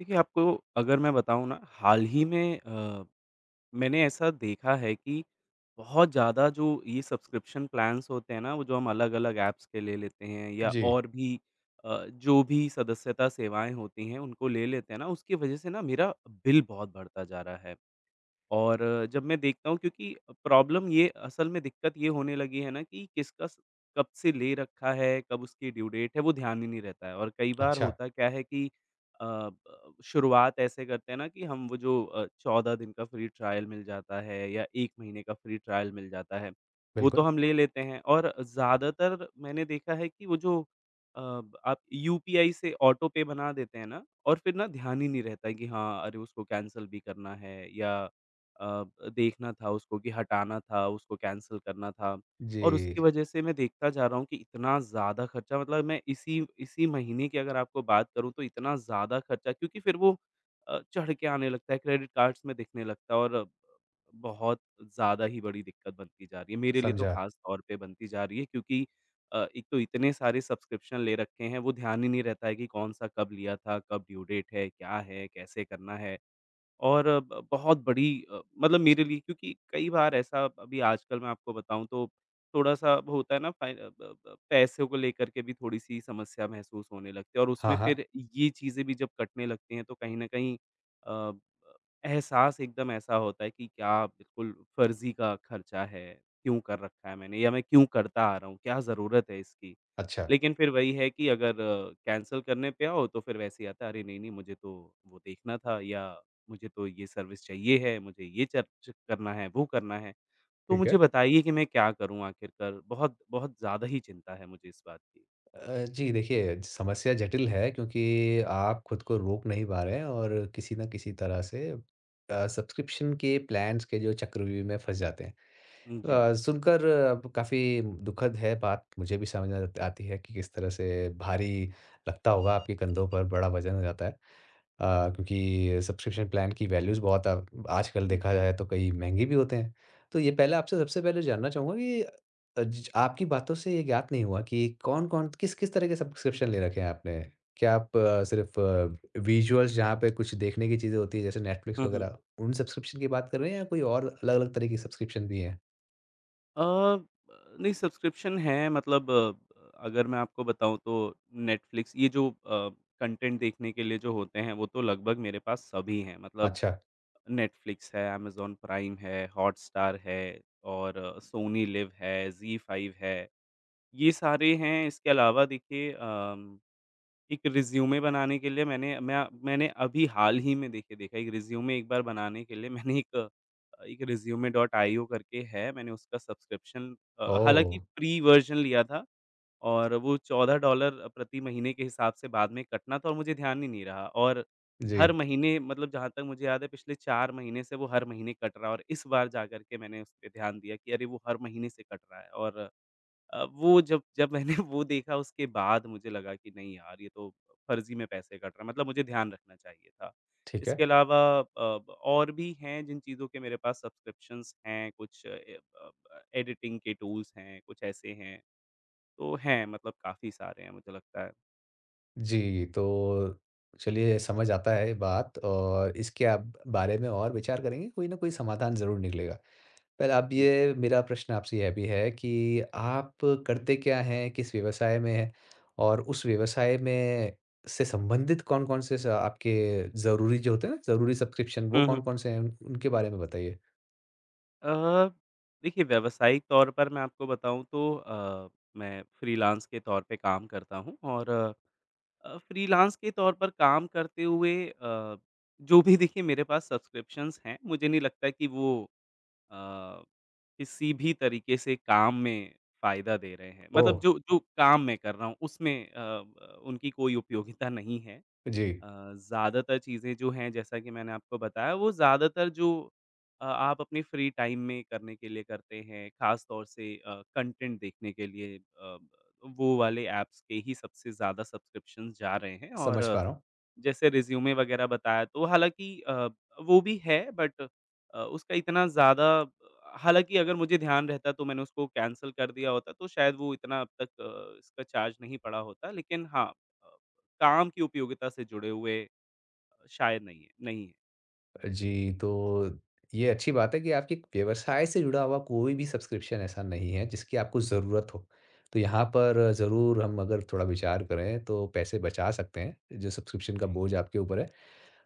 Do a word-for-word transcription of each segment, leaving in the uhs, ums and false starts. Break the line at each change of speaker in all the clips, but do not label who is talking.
देखिए, आपको अगर मैं बताऊँ ना, हाल ही में अ, मैंने ऐसा देखा है कि बहुत ज़्यादा जो ये सब्सक्रिप्शन प्लान्स होते हैं ना, वो जो हम अलग-अलग ऐप्स के ले लेते हैं या
जी,
और भी अ, जो भी सदस्यता सेवाएँ होती हैं, उनको ले लेते हैं ना, उसकी वजह से ना मेरा बिल बहुत बढ़ता जा रहा है। और जब मैं देखता हूँ क्योंकि प्रॉब्लम ये असल में दिक्कत ये होने लगी है ना कि किसका स कब से ले रखा है, कब उसकी ड्यू डेट है, वो ध्यान ही नहीं रहता है। और कई बार
अच्छा,
होता क्या है कि अ, ब शुरुआत ऐसे करते हैं ना कि हम वो जो अ, चौदह दिन का फ्री ट्रायल मिल जाता है या एक महीने का फ्री ट्रायल मिल जाता है, वो तो
बिल्कुल।
हम ले लेते हैं। और ज़्यादातर मैंने देखा है कि वो जो अ, ब- आप यूपीआई से ऑटो पे बना देते हैं ना और फिर ना ध्यान ही नहीं रहता है कि हाँ, अरे उसको कैंसल भी करना है या अ, देखना था उसको कि हटाना था, उसको कैंसल करना था। और
जी,
उसकी वजह से मैं देखता जा रहा हूँ कि इतना ज़्यादा खर्चा मतलब मैं इसी इसी महीने की अगर आपको बात करूँ तो इतना ज़्यादा खर्चा क्योंकि फिर वो अ, चढ़ के आने लगता है, क्रेडिट कार्ड्स में दिखने लगता है और बहुत ज़्यादा ही बड़ी दिक्कत बनती जा रही है। मेरे लिए तो
समझा।
खास तौर पे बनती जा रही है क्योंकि अ, एक तो इतने सारे सब्सक्रिप्शन ले रखे हैं, वो ध्यान ही नहीं रहता है कि कौन-सा कब लिया था, कब ड्यू डेट है, क्या है, कैसे करना है। और ब बहुत बड़ी अ, मतलब मेरे लिए क्योंकि कई बार ऐसा अभी आजकल मैं आपको बताऊँ तो थोड़ा-सा होता है ना फाइ अ, ब ब पैसों को लेकर के भी थोड़ी-सी समस्या महसूस होने लगती है और उसमें
हाँ, हाँ,
फिर ये चीज़ें भी जब कटने लगती हैं तो कहीं न कहीं अ, ब एहसास एकदम ऐसा होता है कि क्या बिल्कुल फ़र्ज़ी का खर्चा है, क्यों कर रखा है मैंने या मैं क्यों करता आ रहा हूँ, क्या ज़रूरत है इसकी?
अच्छा,
लेकिन फिर वही है कि अगर कैंसल करने पे आओ तो फिर वैसे ही आता है अरे! नहीं, नहीं मुझे तो वो देखना था या मुझे तो ये सर्विस चाहिए है, मुझे ये चर्च करना है, वो करना है। तो
ठीक
मुझे
है।
बताइए कि मैं क्या करूँ आखिरकार? बहुत बहुत ज़्यादा ही चिंता है मुझे इस बात की।
अ, जी देखिए, समस्या जटिल है क्योंकि आप खुद को रोक नहीं पा रहे हैं और किसी न किसी तरह से अ, सब्सक्रिप्शन के प्लान्स के जो चक्रव्यूह में फँस जाते हैं।
जी।
अ, सुनकर अब काफ़ी दुखद है बात, मुझे भी समझ में आत आती है कि किस तरह से भारी लगता होगा आपके कंधों पर, बड़ा वज़न हो जाता है। अ, क्योंकि सब्सक्रिप्शन प्लान की वैल्यूज़ बहुत अब आजकल देखा
जी।
जाए तो कई महँगे भी होते हैं। तो ये पहले आपसे सबसे पहले जानना चाहूँगा कि अ, ज आपकी बातों से ये ज्ञात नहीं हुआ कि कौन-कौन किस-किस तरह के सब्सक्रिप्शन ले रखे हैं आपने? क्या आप सिर्फ़ विजुअल्स जहाँ पे कुछ देखने की चीज़ें होती हैं जैसे नेटफ्लिक्स
हुँ, हुँ।
वगैरह, उन सब्सक्रिप्शन की बात कर रहे हैं या कोई और अलग-अलग तरह की सब्सक्रिप्शन भी हैं?
अ, नहीं सब्सक्रिप्शन है मतलब अ, अगर मैं आपको बताऊँ तो नेटफ्लिक्स ये जो अ, कंटेंट देखने के लिए जो होते हैं वो तो लगभग मेरे पास सभी हैं। मतलब
अच्छा।
नेटफ्लिक्स है, अमेज़न प्राइम है, हॉटस्टार है और सोनी लिव है, ज़ी फाइव है। ये सारे हैं इसके अलावा देखिए अम एक रिज़्यूमे बनाने के लिए मैंने मैं मैंने अभी हाल ही में देखिए देखा एक रिज़्यूमे एक बार बनाने के लिए मैंने एक अ, एक रिज़्यूमे डॉट आईओ करके है, मैंने उसका सब्सक्रिप्शन अ,
ओह!
हालाँकि फ्री वर्ज़न लिया था और वो चौदह डॉलर प्रति महीने के हिसाब से बाद में कटना था और मुझे ध्यान ही नहीं रहा और हर
जी,
महीने मतलब जहाँ तक मुझे याद है पिछले चार महीने से वो हर महीने कट रहा है और इस बार जाकर के मैंने उस पे ध्यान दिया कि अरे! वो हर महीने से कट रहा है और अ, वो जब जब मैंने वो देखा उसके बाद मुझे लगा कि नहीं यार ये तो फर्ज़ी में पैसे कट रहा है मतलब मुझे ध्यान रखना चाहिए था।
ठीक
इसके
है।
अलावा अ, और भी हैं जिन चीज़ों के मेरे पास सब्सक्रिप्शंस हैं, कुछ ए ब ब एडिटिंग के टूल्स हैं, कुछ ऐसे हैं, तो हैं मतलब काफ़ी सारे हैं मुझे लगता है।
जी, तो चलिए समझ आता है बात और इसके आप बारे में और विचार करेंगे, कोई ना कोई समाधान ज़रूर निकलेगा। पहले आप
हुँ, जी।
ये मेरा प्रश्न आपसे यह भी है कि आप करते क्या हैं? किस व्यवसाय में हैं? और उस व्यवसाय में से संबंधित कौन-कौन से स आपके ज़रूरी जो होते हैं ना, ज़रूरी सब्सक्रिप्शन वो
हुँ, हुँ।
कौन-कौन से हैं? उन उनके बारे में बताइए।
अ, देखिए व्यावसायिक तौर पर मैं आपको बताऊँ तो अ, मैं फ्रीलांस के तौर पे काम करता हूँ और अ, फ्रीलांस के तौर पर काम करते हुए अ, जो भी देखिए मेरे पास सब्सक्रिप्शंस हैं, मुझे नहीं लगता कि वो अ, किसी भी तरीके से काम में फ़ायदा दे रहे हैं।
ओह!
मतलब जो जो काम मैं कर रहा हूँ उसमें अ, ब उनकी कोई उपयोगिता नहीं है।
जी,
अ, ज़्यादातर चीज़ें जो हैं जैसा कि मैंने आपको बताया वो ज़्यादातर जो अ, आप अपने फ्री टाइम में करने के लिए करते हैं, ख़ास तौर से अ, कंटेंट देखने के लिए अ, वो वाले ऐप्स के ही सबसे ज़्यादा सब्सक्रिप्शंस जा रहे हैं
समझ
और
पा रहा हूँ।
जैसे रिज़्यूमे वगैरह बताया तो हालाँकि अ, वो भी है बट अ, उसका इतना ज़्यादा हालाँकि अगर मुझे ध्यान रहता तो मैंने उसको कैंसल कर दिया होता तो शायद वो इतना अब तक अ, इसका चार्ज नहीं पड़ा होता। लेकिन हाँ, अ, काम की उपयोगिता से जुड़े हुए अ, शायद नहीं है नहीं है।
जी, तो ये अच्छी बात है कि आपकी व्यवसाय से जुड़ा हुआ कोई भी सब्सक्रिप्शन ऐसा नहीं है जिसकी आपको ज़रूरत हो। तो यहाँ पर ज़रूर हम अगर थोड़ा विचार करें तो पैसे बचा सकते हैं, जो सब्सक्रिप्शन का
जी।
बोझ आपके ऊपर है।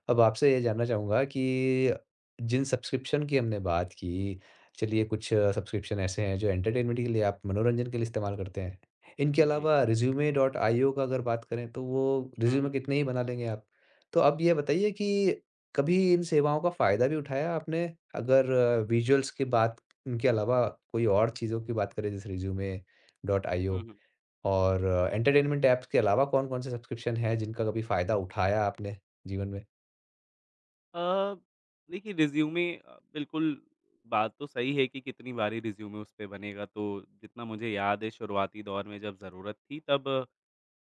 अब आपसे ये जानना चाहूँगा कि जिन सब्सक्रिप्शन की हमने बात की, चलिए कुछ सब्सक्रिप्शन ऐसे हैं जो एंटरटेनमेंट के लिए आप मनोरंजन के लिए इस्तेमाल करते हैं। इनके
जी।
अलावा रेज़्यूमे डॉट आईओ का अगर बात करें तो वो
हुँ,
रेज़्यूमे
हुँ।
कितने ही बना लेंगे आप। तो अब ये बताइए कि कभी इन सेवाओं का फ़ायदा भी उठाया आपने? अगर विजुअल्स की बात इनके अलावा कोई और चीज़ों की बात करें जैसे रेज़्यूमे डॉट
हुँ,
आईओ
हुँ।
और एंटरटेनमेंट ऐप्स के अलावा कौन-कौन से सब्सक्रिप्शन हैं जिनका कभी फ़ायदा उठाया आपने जीवन में?
अ, देखिए रिज़्यूमे अ, बिल्कुल बात तो सही है कि कितनी बारी रिज़्यूमे उस पे बनेगा तो जितना मुझे याद है शुरुआती दौर में जब ज़रूरत थी तब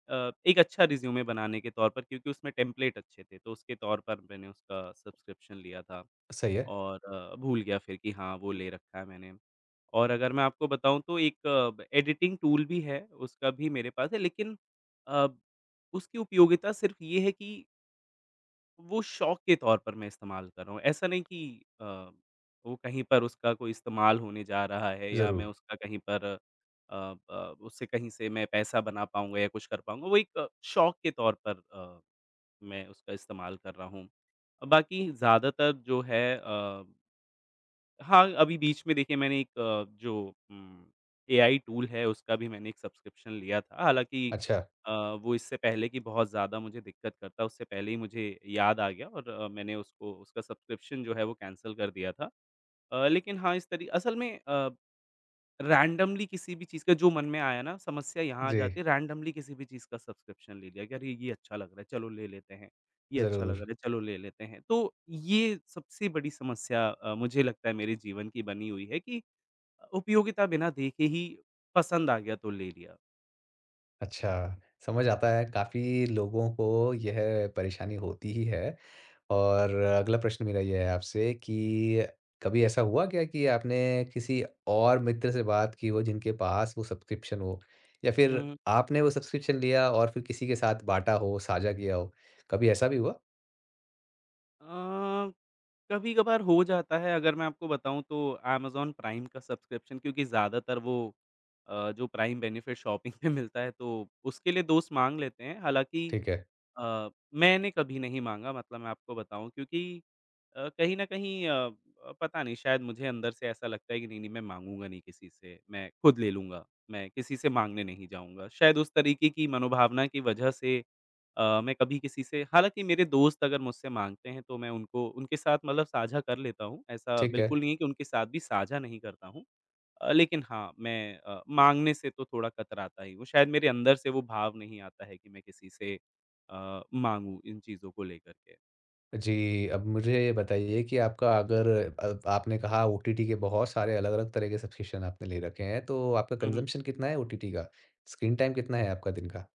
अ, एक अच्छा रिज़्यूमे बनाने के तौर पर क्योंकि उसमें टेम्पलेट अच्छे थे, तो उसके तौर पर मैंने उसका सब्सक्रिप्शन लिया था
सही है,
और अ, भूल गया फिर कि हाँ, वो ले रखा है मैंने। और अगर मैं आपको बताऊँ तो एक ब एडिटिंग टूल भी है, उसका भी मेरे पास है लेकिन अ, उसकी उपयोगिता सिर्फ़ ये है कि वो शौक के तौर पर मैं इस्तेमाल कर रहा हूँ। ऐसा नहीं कि अ, वो कहीं पर उसका कोई इस्तेमाल होने जा रहा है या मैं
ज़रूर।
उसका कहीं पर अ अ, उससे कहीं से मैं पैसा बना पाऊँगा या कुछ कर पाऊँगा। वो एक अ, शौक के तौर पर अ, मैं उसका इस्तेमाल कर रहा हूँ। बाकी ज़्यादातर जो है अ हाँ, अभी बीच में देखिए मैंने एक अ, जो उम, एआई टूल है उसका भी मैंने एक सब्सक्रिप्शन लिया था। हालाँकि
अच्छा,
अ, वो इससे पहले कि बहुत ज़्यादा मुझे दिक्कत करता, उससे पहले ही मुझे याद आ गया और अ, मैंने उसको उसका सब्सक्रिप्शन जो है वो कैंसल कर दिया था। अ, लेकिन हाँ, इस तरी असल में अ रैंडमली किसी भी चीज़ का जो मन में आया ना, समस्या यहाँ आ
जी,
जाती है रैंडमली किसी भी चीज़ का सब्सक्रिप्शन ले लिया कि अरे! ये अच्छा लग रहा है, चलो ले लेते हैं। ये अच्छा लग
ज़रूर।
रहा है, चलो ले लेते हैं। तो ये सबसे बड़ी समस्या अ, मुझे लगता है मेरे जीवन की बनी हुई है कि अ, उपयोगिता बिना देखे ही पसंद आ गया तो ले लिया।
अच्छा, समझ
जी।
आता है काफ़ी लोगों को यह परेशानी होती ही है और अगला प्रश्न मेरा ये है आपसे कि कभी ऐसा हुआ क्या कि आपने किसी और मित्र से बात की हो जिनके पास वो सब्सक्रिप्शन हो? या फिर
हुँ।
आपने वो सब्सक्रिप्शन लिया और फिर किसी के साथ बाँटा हो, साझा किया हो? कभी ऐसा भी हुआ?
अ, कभी-कभार हो जाता है अगर मैं आपको बताऊँ तो अमेज़न प्राइम का सब्सक्रिप्शन क्योंकि ज़्यादातर वो अ, जो प्राइम बेनिफिट शॉपिंग पे मिलता है तो उसके लिए दोस्त माँग लेते हैं। हालाँकि
ठीक है,
अ, मैंने कभी नहीं माँगा मतलब मैं आपको बताऊँ क्योंकि अ, कहीं न कहीं अ अ, पता नहीं शायद मुझे अंदर से ऐसा लगता है कि नहीं, नहीं मैं माँगूँगा नहीं किसी से, मैं खुद ले लूँगा, मैं किसी से माँगने नहीं जाऊँगा। शायद उस तरीके की मनोभावना की वजह से अ, मैं कभी किसी से हालाँकि मेरे दोस्त अगर मुझसे माँगते हैं तो मैं उनको उनके साथ मतलब साझा कर लेता हूँ। ऐसा
ठीक है।
बिल्कुल नहीं है कि उनके साथ भी साझा नहीं करता हूँ। अ, लेकिन हाँ, मैं अ, माँगने से तो थोड़ा कतराता ही हूँ। शायद मेरे अंदर से वो भाव नहीं आता है कि मैं किसी से अ, माँगूँ इन चीज़ों को लेकर के।
जी, अब मुझे ये बताइए कि आपका अगर अब आपने कहा ओटीटी के बहुत सारे अलग-अलग तरह के सब्सक्रिप्शन आपने ले रखे हैं, तो आपका
हुँ, हुँ।
कंज़म्पशन कितना है ओटीटी का? स्क्रीन टाइम कितना है आपका दिन का?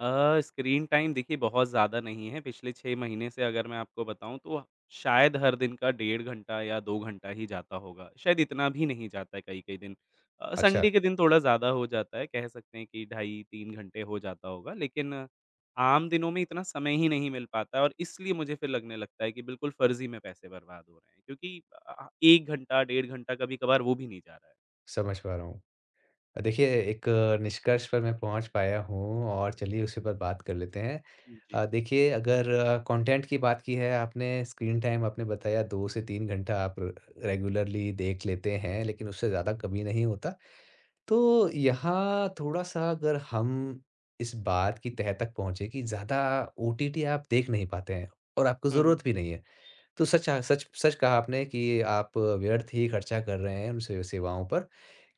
अ, स्क्रीन टाइम देखिए बहुत ज़्यादा नहीं है, पिछले छह महीने से अगर मैं आपको बताऊँ तो शायद हर दिन का डेढ़ घंटा या दो घंटा ही जाता होगा, शायद इतना भी नहीं जाता है कई-कई दिन। अ,
अच्छा,
संडे के दिन थोड़ा ज़्यादा हो जाता है, कह सकते हैं कि ढाई तीन घंटे हो जाता होगा, लेकिन अ, आम दिनों में इतना समय ही नहीं मिल पाता है और इसलिए मुझे फिर लगने लगता है कि बिल्कुल फ़र्ज़ी में पैसे बर्बाद हो रहे हैं क्योंकि अ, एक घंटा, डेढ़ घंटा कभी-कभार वो भी नहीं जा रहा है।
समझ पा रहा हूँ। अ, देखिए एक निष्कर्ष पर मैं पहुँच पाया हूँ और चलिए उसी पर बात कर लेते हैं।
जी।
अ, देखिए अगर कंटेंट की बात की है आपने, स्क्रीन टाइम आपने बताया दो से तीन घंटा आप रेगुलरली देख लेते हैं, लेकिन उससे ज़्यादा कभी नहीं होता। तो यहाँ थोड़ा-सा अगर हम इस बात की तह तक पहुँचे कि ज़्यादा ओटीटी आप देख नहीं पाते हैं और आपको
हुँ, हुँ।
ज़रूरत भी नहीं है। तो सच, हाँ, सच सच कहा आपने कि आप व्यर्थ ही खर्चा कर रहे हैं उन से सेवाओं पर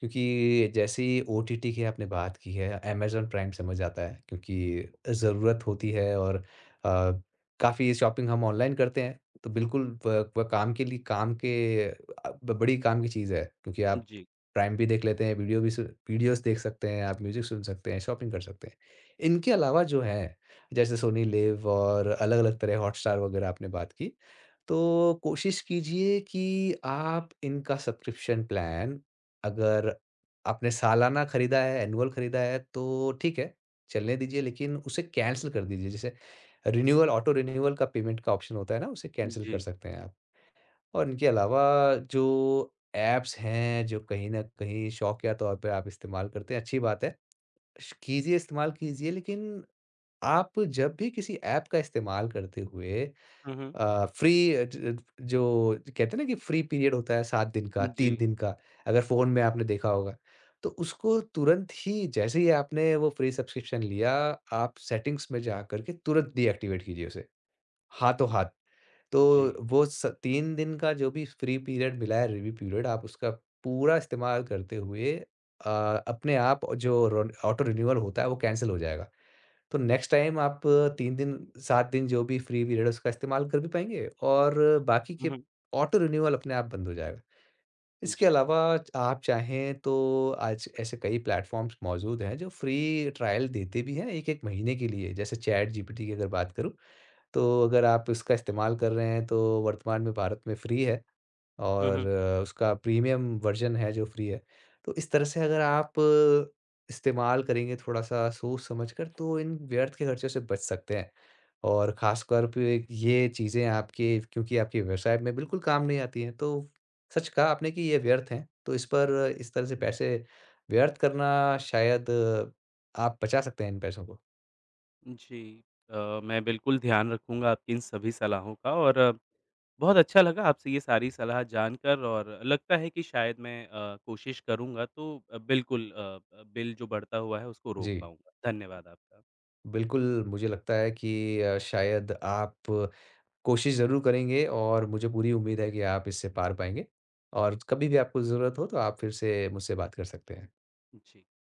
क्योंकि जैसे ही ओटीटी की आपने बात की है अमेज़न प्राइम समझ आता है क्योंकि ज़रूरत होती है और अ, काफ़ी शॉपिंग हम ऑनलाइन करते हैं तो बिल्कुल वह वह काम के लिए काम के अ, ब बड़ी काम की चीज़ है क्योंकि आप
जी,
प्राइम भी देख लेते हैं, वीडियो भी सु वीडियोज़ देख सकते हैं, आप म्यूज़िक सुन सकते हैं, शॉपिंग कर सकते हैं। इनके अलावा जो हैं जैसे सोनी लिव और अलग-अलग तरह हॉटस्टार वगैरह आपने बात की। तो कोशिश कीजिए कि आप इनका सब्सक्रिप्शन प्लान अगर आपने सालाना खरीदा है, एनुअल खरीदा है तो ठीक है, चलने दीजिए लेकिन उसे कैंसल कर दीजिए। जैसे रिन्यूअल ऑटो रिन्यूअल का पेमेंट का ऑप्शन होता है ना, उसे कैंसल
जी।
कर सकते हैं आप। और इनके अलावा जो ऐप्स हैं, जो कहीं न कहीं शौकिया तौर पे आप इस्तेमाल करते हैं, अच्छी बात है। श कीजिए, इस्तेमाल कीजिए लेकिन आप जब भी किसी ऐप का इस्तेमाल करते हुए
हुँ, हुँ।
अ, फ्री अ, ज जो कहते हैं ना कि फ्री पीरियड होता है सात दिन का, तीन
जी,
दिन का, अगर फ़ोन में आपने देखा होगा। तो उसको तुरंत ही जैसे ही आपने वो फ्री सब्सक्रिप्शन लिया, आप सेटिंग्स में जा कर के तुरंत डीएक्टिवेट कीजिए उसे, हाथों-हाथ। तो
जी।
वो स तीन दिन का जो भी फ्री पीरियड मिला है, रिव्यू पीरियड, आप उसका पूरा इस्तेमाल करते हुए अ, अपने आप जो रोन ऑटो रिन्यूअल होता है, वो कैंसल हो जाएगा। तो नेक्स्ट टाइम आप तीन दिन, सात दिन जो भी फ्री पीरियड है उसका इस्तेमाल कर भी पाएँगे और बाकी
हुँ,
के
हुँ।
ऑटो रिन्यूअल अपने आप बंद हो जाएगा। इसके
जी।
अलावा आप चाहें तो आज ऐसे कई प्लेटफ़ॉर्म्स मौजूद हैं जो फ्री ट्रायल देते भी हैं एक-एक महीने के लिए, जैसे चैटजीपीटी की अगर बात करूँ, तो अगर आप इसका इस्तेमाल कर रहे हैं तो वर्तमान में भारत में फ्री है।
हुँ,
और
हुँ।
अ, उसका प्रीमियम वर्ज़न है जो फ्री है। तो इस तरह से अगर आप अ, इस्तेमाल करेंगे थोड़ा-सा सोच-समझ कर तो इन व्यर्थ के खर्चों से बच सकते हैं। और ख़ासतौर पे ये चीज़ें आपके क्योंकि आपके व्यवसाय में बिल्कुल काम नहीं आती हैं, तो सच कहा आपने कि ये व्यर्थ हैं। तो इस पर इस तरह से पैसे व्यर्थ करना शायद अ, आप बचा सकते हैं इन पैसों को।
जी। अ, मैं बिल्कुल ध्यान रखूँगा आपकी इन सभी सलाहों का और अ, बहुत अच्छा लगा आपसे ये सारी सलाह जानकर और लगता है कि शायद मैं अ, कोशिश करूँगा तो अ, बिल्कुल अ, बिल जो बढ़ता हुआ है उसको रोक
जी,
पाऊँगा। धन्यवाद आपका।
बिल्कुल मुझे लगता है कि अ, शायद आप कोशिश ज़रूर करेंगे और मुझे पूरी उम्मीद है कि आप इससे पार पाएँगे और कभी भी आपको ज़रूरत हो तो आप फिर से मुझसे बात कर सकते हैं।
जी।